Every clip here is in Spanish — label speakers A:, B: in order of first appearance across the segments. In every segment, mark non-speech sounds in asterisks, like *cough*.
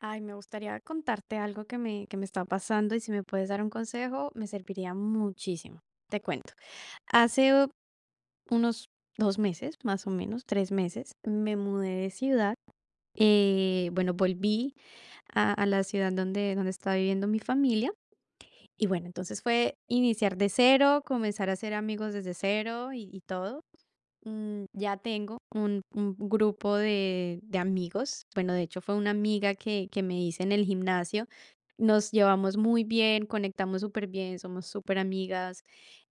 A: Ay, me gustaría contarte algo que me está pasando, y si me puedes dar un consejo, me serviría muchísimo. Te cuento. Hace unos 2 meses, más o menos, 3 meses, me mudé de ciudad. Bueno, Volví a la ciudad donde estaba viviendo mi familia. Y bueno, entonces fue iniciar de cero, comenzar a hacer amigos desde cero y todo. Ya tengo un grupo de amigos. Bueno, de hecho fue una amiga que me hice en el gimnasio. Nos llevamos muy bien, conectamos súper bien, somos súper amigas.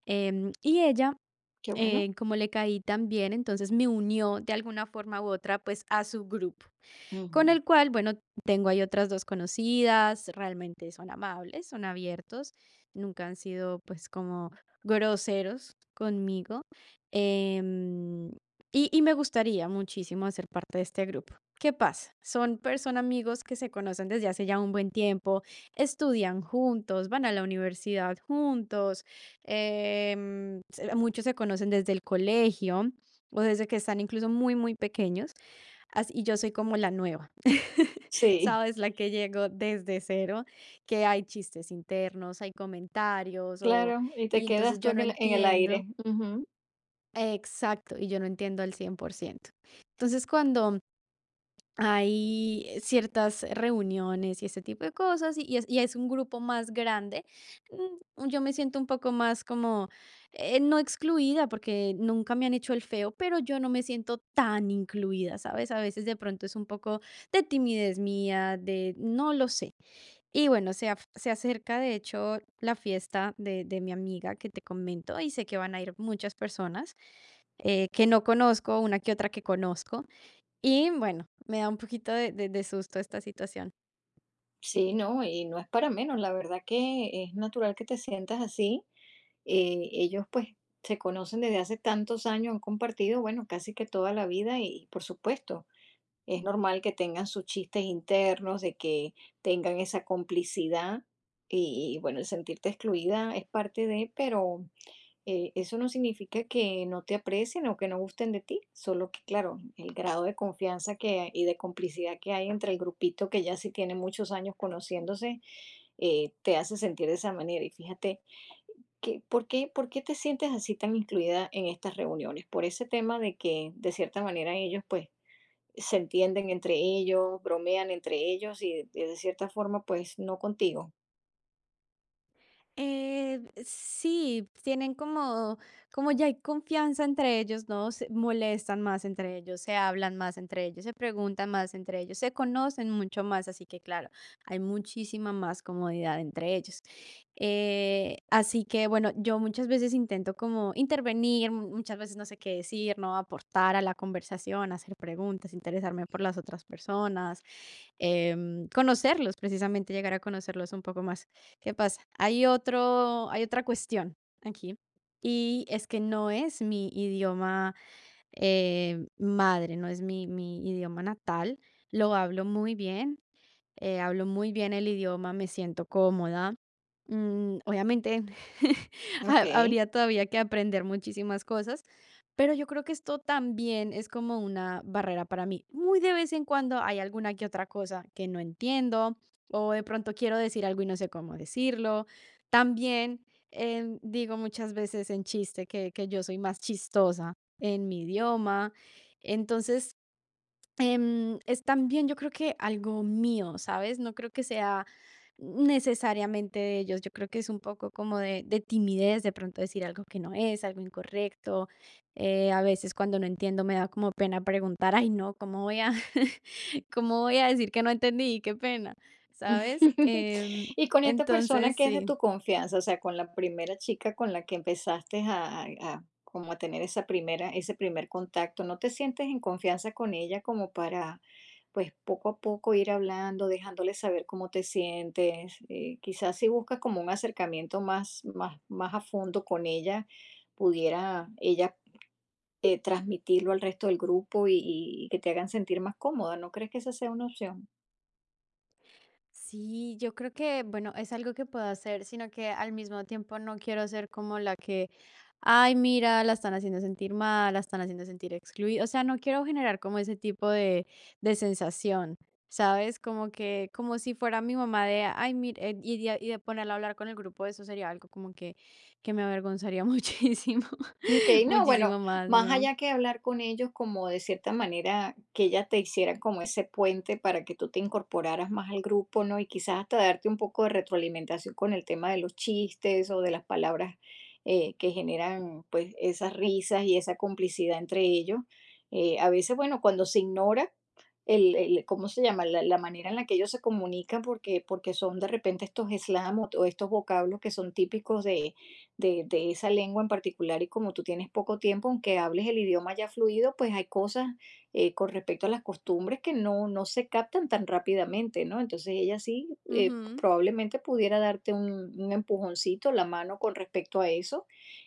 A: Y ella,
B: Qué bueno.
A: como le caí tan bien, entonces me unió de alguna forma u otra, pues a su grupo
B: Mm.
A: con el cual, bueno, tengo ahí otras 2 conocidas. Realmente son amables, son abiertos, nunca han sido, pues, como groseros conmigo. em, y me gustaría muchísimo hacer parte de este grupo. ¿Qué pasa? Son personas, amigos que se conocen desde hace ya un buen tiempo, estudian juntos, van a la universidad juntos. Em, se Muchos se conocen desde el colegio, o desde que están incluso muy, muy pequeños. As Y yo soy como la nueva, *laughs*
B: Sí,
A: ¿sabes? La que llego desde cero, que hay chistes internos, hay comentarios, o
B: claro, y te
A: y
B: quedas
A: entonces
B: tú
A: yo
B: en
A: no
B: el en el
A: entiendo
B: aire. Ujú.
A: exacto, y yo no entiendo al 100%. Entonces, cuando hay ciertas reuniones y ese tipo de cosas, y es un grupo más grande, yo me siento un poco más como, no excluida, porque nunca me han hecho el feo, pero yo no me siento tan incluida, ¿sabes? A veces de pronto es un poco de timidez mía, de no lo sé. Y bueno, se acerca de hecho la fiesta de mi amiga que te comento, y sé que van a ir muchas personas que no conozco, una que otra que conozco. Y bueno, me da un poquito de susto esta situación.
B: Sí, no, y no es para menos, la verdad que es natural que te sientas así. Ellos, pues, se conocen desde hace tantos años, han compartido, bueno, casi que toda la vida y, por supuesto, es normal que tengan sus chistes internos, de que tengan esa complicidad y, bueno, el sentirte excluida es parte de, pero Eso no significa que no te aprecien o que no gusten de ti, solo que, claro, el grado de confianza que, y de complicidad que hay entre el grupito que ya sí tiene muchos años conociéndose, te hace sentir de esa manera. Y fíjate, que, ¿por qué te sientes así tan incluida en estas reuniones? Por ese tema de que, de cierta manera, ellos pues se entienden entre ellos, bromean entre ellos y de cierta forma pues no contigo.
A: Eh, sí, tienen como, como ya hay confianza entre ellos, ¿no? Se molestan más entre ellos, se hablan más entre ellos, se preguntan más entre ellos, se conocen mucho más, así que claro, hay muchísima más comodidad entre ellos. Así que bueno, yo muchas veces intento como intervenir, muchas veces no sé qué decir, ¿no? Aportar a la conversación, hacer preguntas, interesarme por las otras personas, conocerlos, precisamente llegar a conocerlos un poco más. ¿Qué pasa? Hay otra cuestión aquí, y es que no es mi idioma madre, no es mi idioma natal, lo hablo muy bien. Hablo muy bien el idioma, me siento cómoda. Obviamente, *laughs*
B: Ok.
A: habría todavía que aprender muchísimas cosas, pero yo creo que esto también es como una barrera para mí. Muy de vez en cuando hay alguna que otra cosa que no entiendo, o de pronto quiero decir algo y no sé cómo decirlo. También digo muchas veces en chiste que yo soy más chistosa en mi idioma. Entonces, es también, yo creo que algo mío, ¿sabes? No creo que sea necesariamente de ellos, yo creo que es un poco como de timidez, de pronto decir algo que no es, algo incorrecto. A veces cuando no entiendo me da como pena preguntar. Ay no, ¿cómo voy a, *laughs* cómo voy a decir que no entendí? Qué pena, ¿sabes?
B: *laughs* Y con esta persona
A: Entonces,
B: que es de
A: sí.
B: tu confianza, o sea, con la primera chica con la que empezaste a como a tener esa primera, ese primer contacto, ¿no te sientes en confianza con ella como para, pues, poco a poco ir hablando, dejándole saber cómo te sientes? Quizás si buscas como un acercamiento más, más, más a fondo con ella, pudiera ella transmitirlo al resto del grupo y que te hagan sentir más cómoda. ¿No crees que esa sea una opción?
A: Sí, yo creo que, bueno, es algo que puedo hacer, sino que al mismo tiempo no quiero ser como la que, ay, mira, la están haciendo sentir mal, la están haciendo sentir excluida. O sea, no quiero generar como ese tipo de sensación, ¿sabes? Como que, como si fuera mi mamá de, ay, mira, y de ponerla a hablar con el grupo. Eso sería algo como que me avergonzaría *laughs* muchísimo,
B: Okey,
A: *laughs*
B: no, bueno,
A: muchísimo más,
B: más
A: ¿no?
B: allá que hablar con ellos, como de cierta manera que ella te hiciera como ese puente para que tú te incorporaras más al grupo, ¿no? Y quizás hasta darte un poco de retroalimentación con el tema de los chistes o de las palabras, que generan, pues, esas risas y esa complicidad entre ellos. A veces, bueno, cuando se ignora el ¿cómo se llama? La manera en la que ellos se comunican, porque son de repente estos slang o estos vocablos que son típicos de esa lengua en particular y como tú tienes poco tiempo, aunque hables el idioma ya fluido, pues hay cosas con respecto a las costumbres que no se captan tan rápidamente, ¿no? Entonces ella sí
A: Ujú,
B: probablemente pudiera darte un empujoncito, la mano con respecto a eso.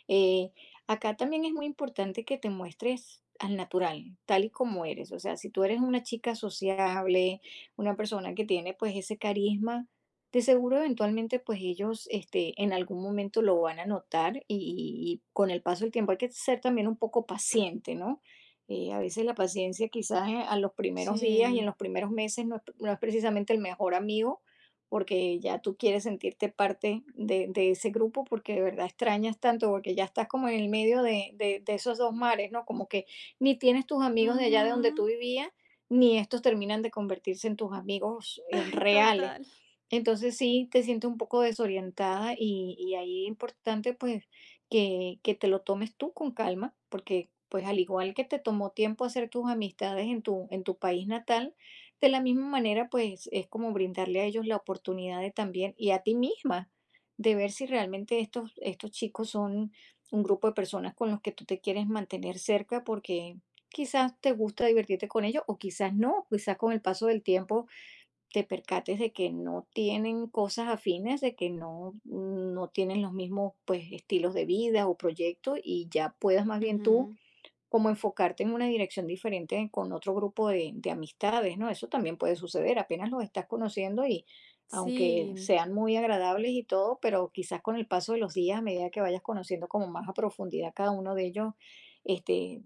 B: Eh, acá también es muy importante que te muestres al natural, tal y como eres. O sea, si tú eres una chica sociable, una persona que tiene pues ese carisma, de seguro, eventualmente, pues ellos, este, en algún momento lo van a notar y con el paso del tiempo hay que ser también un poco paciente, ¿no? A veces la paciencia quizás a los primeros días y
A: sí.
B: en los primeros meses no es precisamente el mejor amigo, porque ya tú quieres sentirte parte de ese grupo, porque de verdad extrañas tanto, porque ya estás como en el medio de esos dos mares, ¿no? Como que ni tienes tus amigos de allá de donde
A: Ujú.
B: tú vivías, ni estos terminan de convertirse en tus amigos
A: *laughs* Ay,
B: reales.
A: total.
B: Entonces sí, te sientes un poco desorientada y ahí es importante pues que te lo tomes tú con calma, porque pues al igual que te tomó tiempo hacer tus amistades en tu, país natal, de la misma manera pues es como brindarle a ellos la oportunidad de también y a ti misma de ver si realmente estos chicos son un grupo de personas con los que tú te quieres mantener cerca porque quizás te gusta divertirte con ellos o quizás no, quizás con el paso del tiempo te percates de que no tienen cosas afines, de que no tienen los mismos pues estilos de vida o proyectos y ya puedas más bien tú
A: Ujú.
B: como enfocarte en una dirección diferente con otro grupo de amistades, ¿no? Eso también puede suceder, apenas los estás conociendo y aunque
A: Sí,
B: sean muy agradables y todo, pero quizás con el paso de los días, a medida que vayas conociendo como más a profundidad cada uno de ellos, este,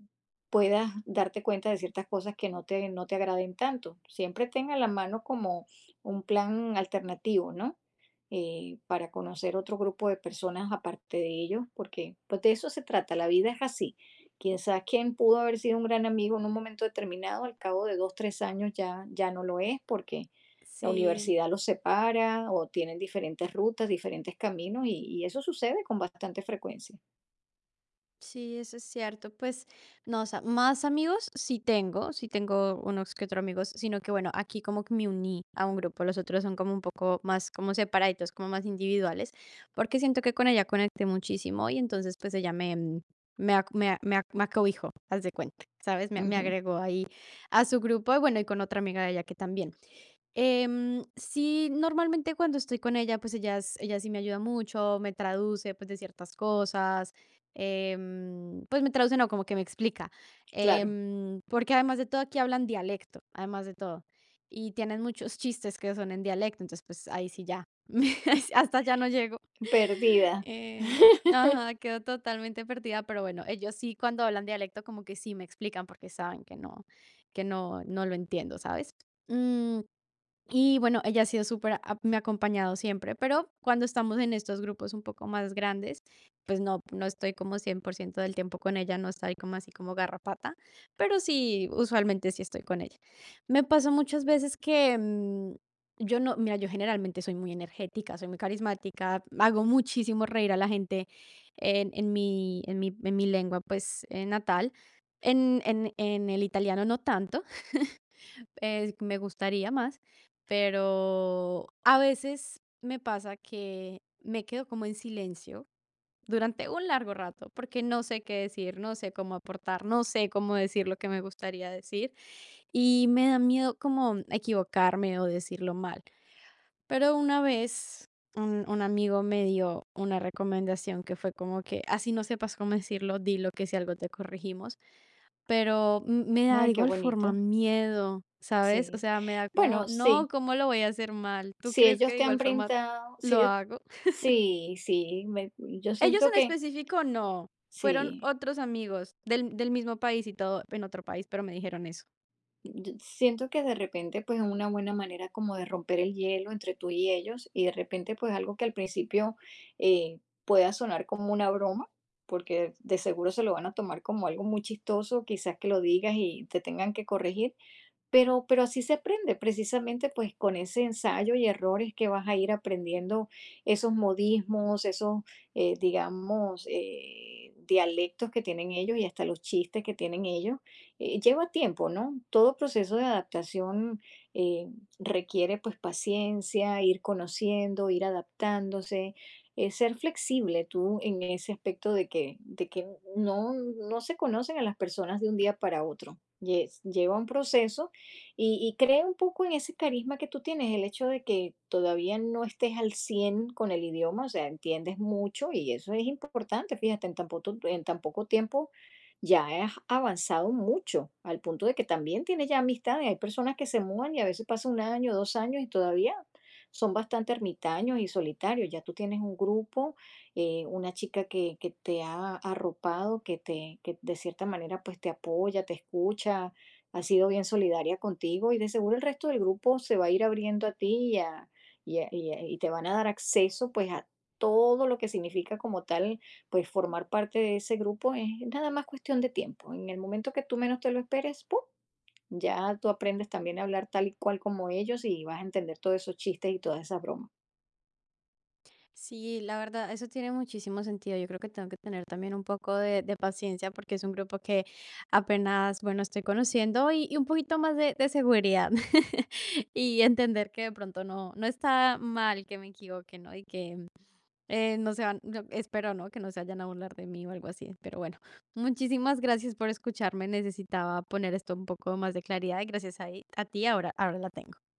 B: puedas darte cuenta de ciertas cosas que no te agraden tanto. Siempre tenga a la mano como un plan alternativo, ¿no? Para conocer otro grupo de personas aparte de ellos, porque pues de eso se trata, la vida es así. Quizás quien pudo haber sido un gran amigo en un momento determinado, al cabo de 2, 3 años ya no lo es porque la
A: sí,
B: universidad los separa o tienen diferentes rutas, diferentes caminos y eso sucede con bastante frecuencia.
A: sí, eso es cierto. Pues, no, o sea, más amigos sí tengo unos que otros amigos, sino que bueno, aquí como que me uní a un grupo. Los otros son como un poco más como separaditos, como más individuales, porque siento que con ella conecté muchísimo y entonces pues ella me acobijó, haz de cuenta, ¿sabes? Me
B: Ujú.
A: agregó ahí a su grupo y bueno, y con otra amiga de ella que también. Sí, normalmente cuando estoy con ella, pues ella sí me ayuda mucho, me traduce pues de ciertas cosas. Pues me traduce, no, como que me explica,
B: Claro.
A: porque además de todo aquí hablan dialecto, además de todo, y tienen muchos chistes que son en dialecto, entonces pues ahí sí ya, *laughs* hasta ya no llego.
B: Perdida.
A: em,
B: *laughs*
A: ajá, quedo totalmente perdida, pero bueno, ellos sí cuando hablan dialecto como que sí me explican porque saben que no lo entiendo, ¿sabes? Mm, y bueno, ella ha sido súper, me ha acompañado siempre, pero cuando estamos en estos grupos un poco más grandes, pues no, no estoy como 100% del tiempo con ella, no estoy como así como garrapata, pero sí, usualmente sí estoy con ella. Me pasó muchas veces que yo no, mira, yo generalmente soy muy energética, soy muy carismática, hago muchísimo reír a la gente en mi lengua, pues natal. En el italiano no tanto. Me gustaría más, pero a veces me pasa que me quedo como en silencio durante un largo rato porque no sé qué decir, no sé cómo aportar, no sé cómo decir lo que me gustaría decir, y me da miedo como equivocarme o decirlo mal. Pero una vez un amigo me dio una recomendación que fue como que así no sepas cómo decirlo, dilo, que si algo te corregimos. Pero m me da de
B: Ay, qué
A: igual forma
B: bonito.
A: miedo, ¿sabes? O
B: Sí.
A: sea, me da como,
B: Bueno,
A: no,
B: sí.
A: ¿cómo lo voy a hacer mal? ¿Tú
B: Si
A: crees que
B: ellos
A: de
B: te han
A: igual forma
B: brindado, si
A: lo
B: ellos
A: hago?
B: sí, sí, me yo
A: Ellos
B: siento
A: en
B: que
A: específico no, fueron
B: sí,
A: otros amigos del mismo país y todo, en otro país, pero me dijeron eso.
B: yo siento que de repente, pues, es una buena manera como de romper el hielo entre tú y ellos, y de repente, pues, algo que al principio, pueda sonar como una broma, porque de seguro se lo van a tomar como algo muy chistoso, quizás que lo digas y te tengan que corregir. Pero así se aprende, precisamente, pues, con ese ensayo y errores que vas a ir aprendiendo esos modismos, esos, digamos, dialectos que tienen ellos y hasta los chistes que tienen ellos. Lleva tiempo, ¿no? Todo proceso de adaptación, eh, requiere, pues, paciencia, ir conociendo, ir adaptándose, ser flexible tú en ese aspecto de que no se conocen a las personas de un día para otro. Yes, lleva un proceso y creo un poco en ese carisma que tú tienes, el hecho de que todavía no estés al 100 con el idioma, o sea, entiendes mucho y eso es importante, fíjate, en tan poco tiempo ya has avanzado mucho, al punto de que también tienes ya amistades, hay personas que se mudan y a veces pasa un año, 2 años y todavía son bastante ermitaños y solitarios, ya tú tienes un grupo, una chica que te ha arropado, que de cierta manera pues te apoya, te escucha. Ha sido bien solidaria contigo y de seguro el resto del grupo se va a ir abriendo a ti y te van a dar acceso pues a todo lo que significa como tal pues formar parte de ese grupo. Es nada más cuestión de tiempo. En el momento que tú menos te lo esperes, ¡pum! Ya tú aprendes también a hablar tal y cual como ellos y vas a entender todos esos chistes y todas esas bromas.
A: Sí, la verdad, eso tiene muchísimo sentido. Yo creo que tengo que tener también un poco de paciencia porque es un grupo que apenas, bueno, estoy conociendo, y un poquito más de seguridad *laughs* y entender que de pronto no, no está mal que me equivoque, ¿no? Y que... No se van, no, espero, ¿no? Que no se vayan a burlar de mí o algo así. Pero bueno, muchísimas gracias por escucharme. Necesitaba poner esto un poco más de claridad, y gracias a ti, ahora, ahora la tengo.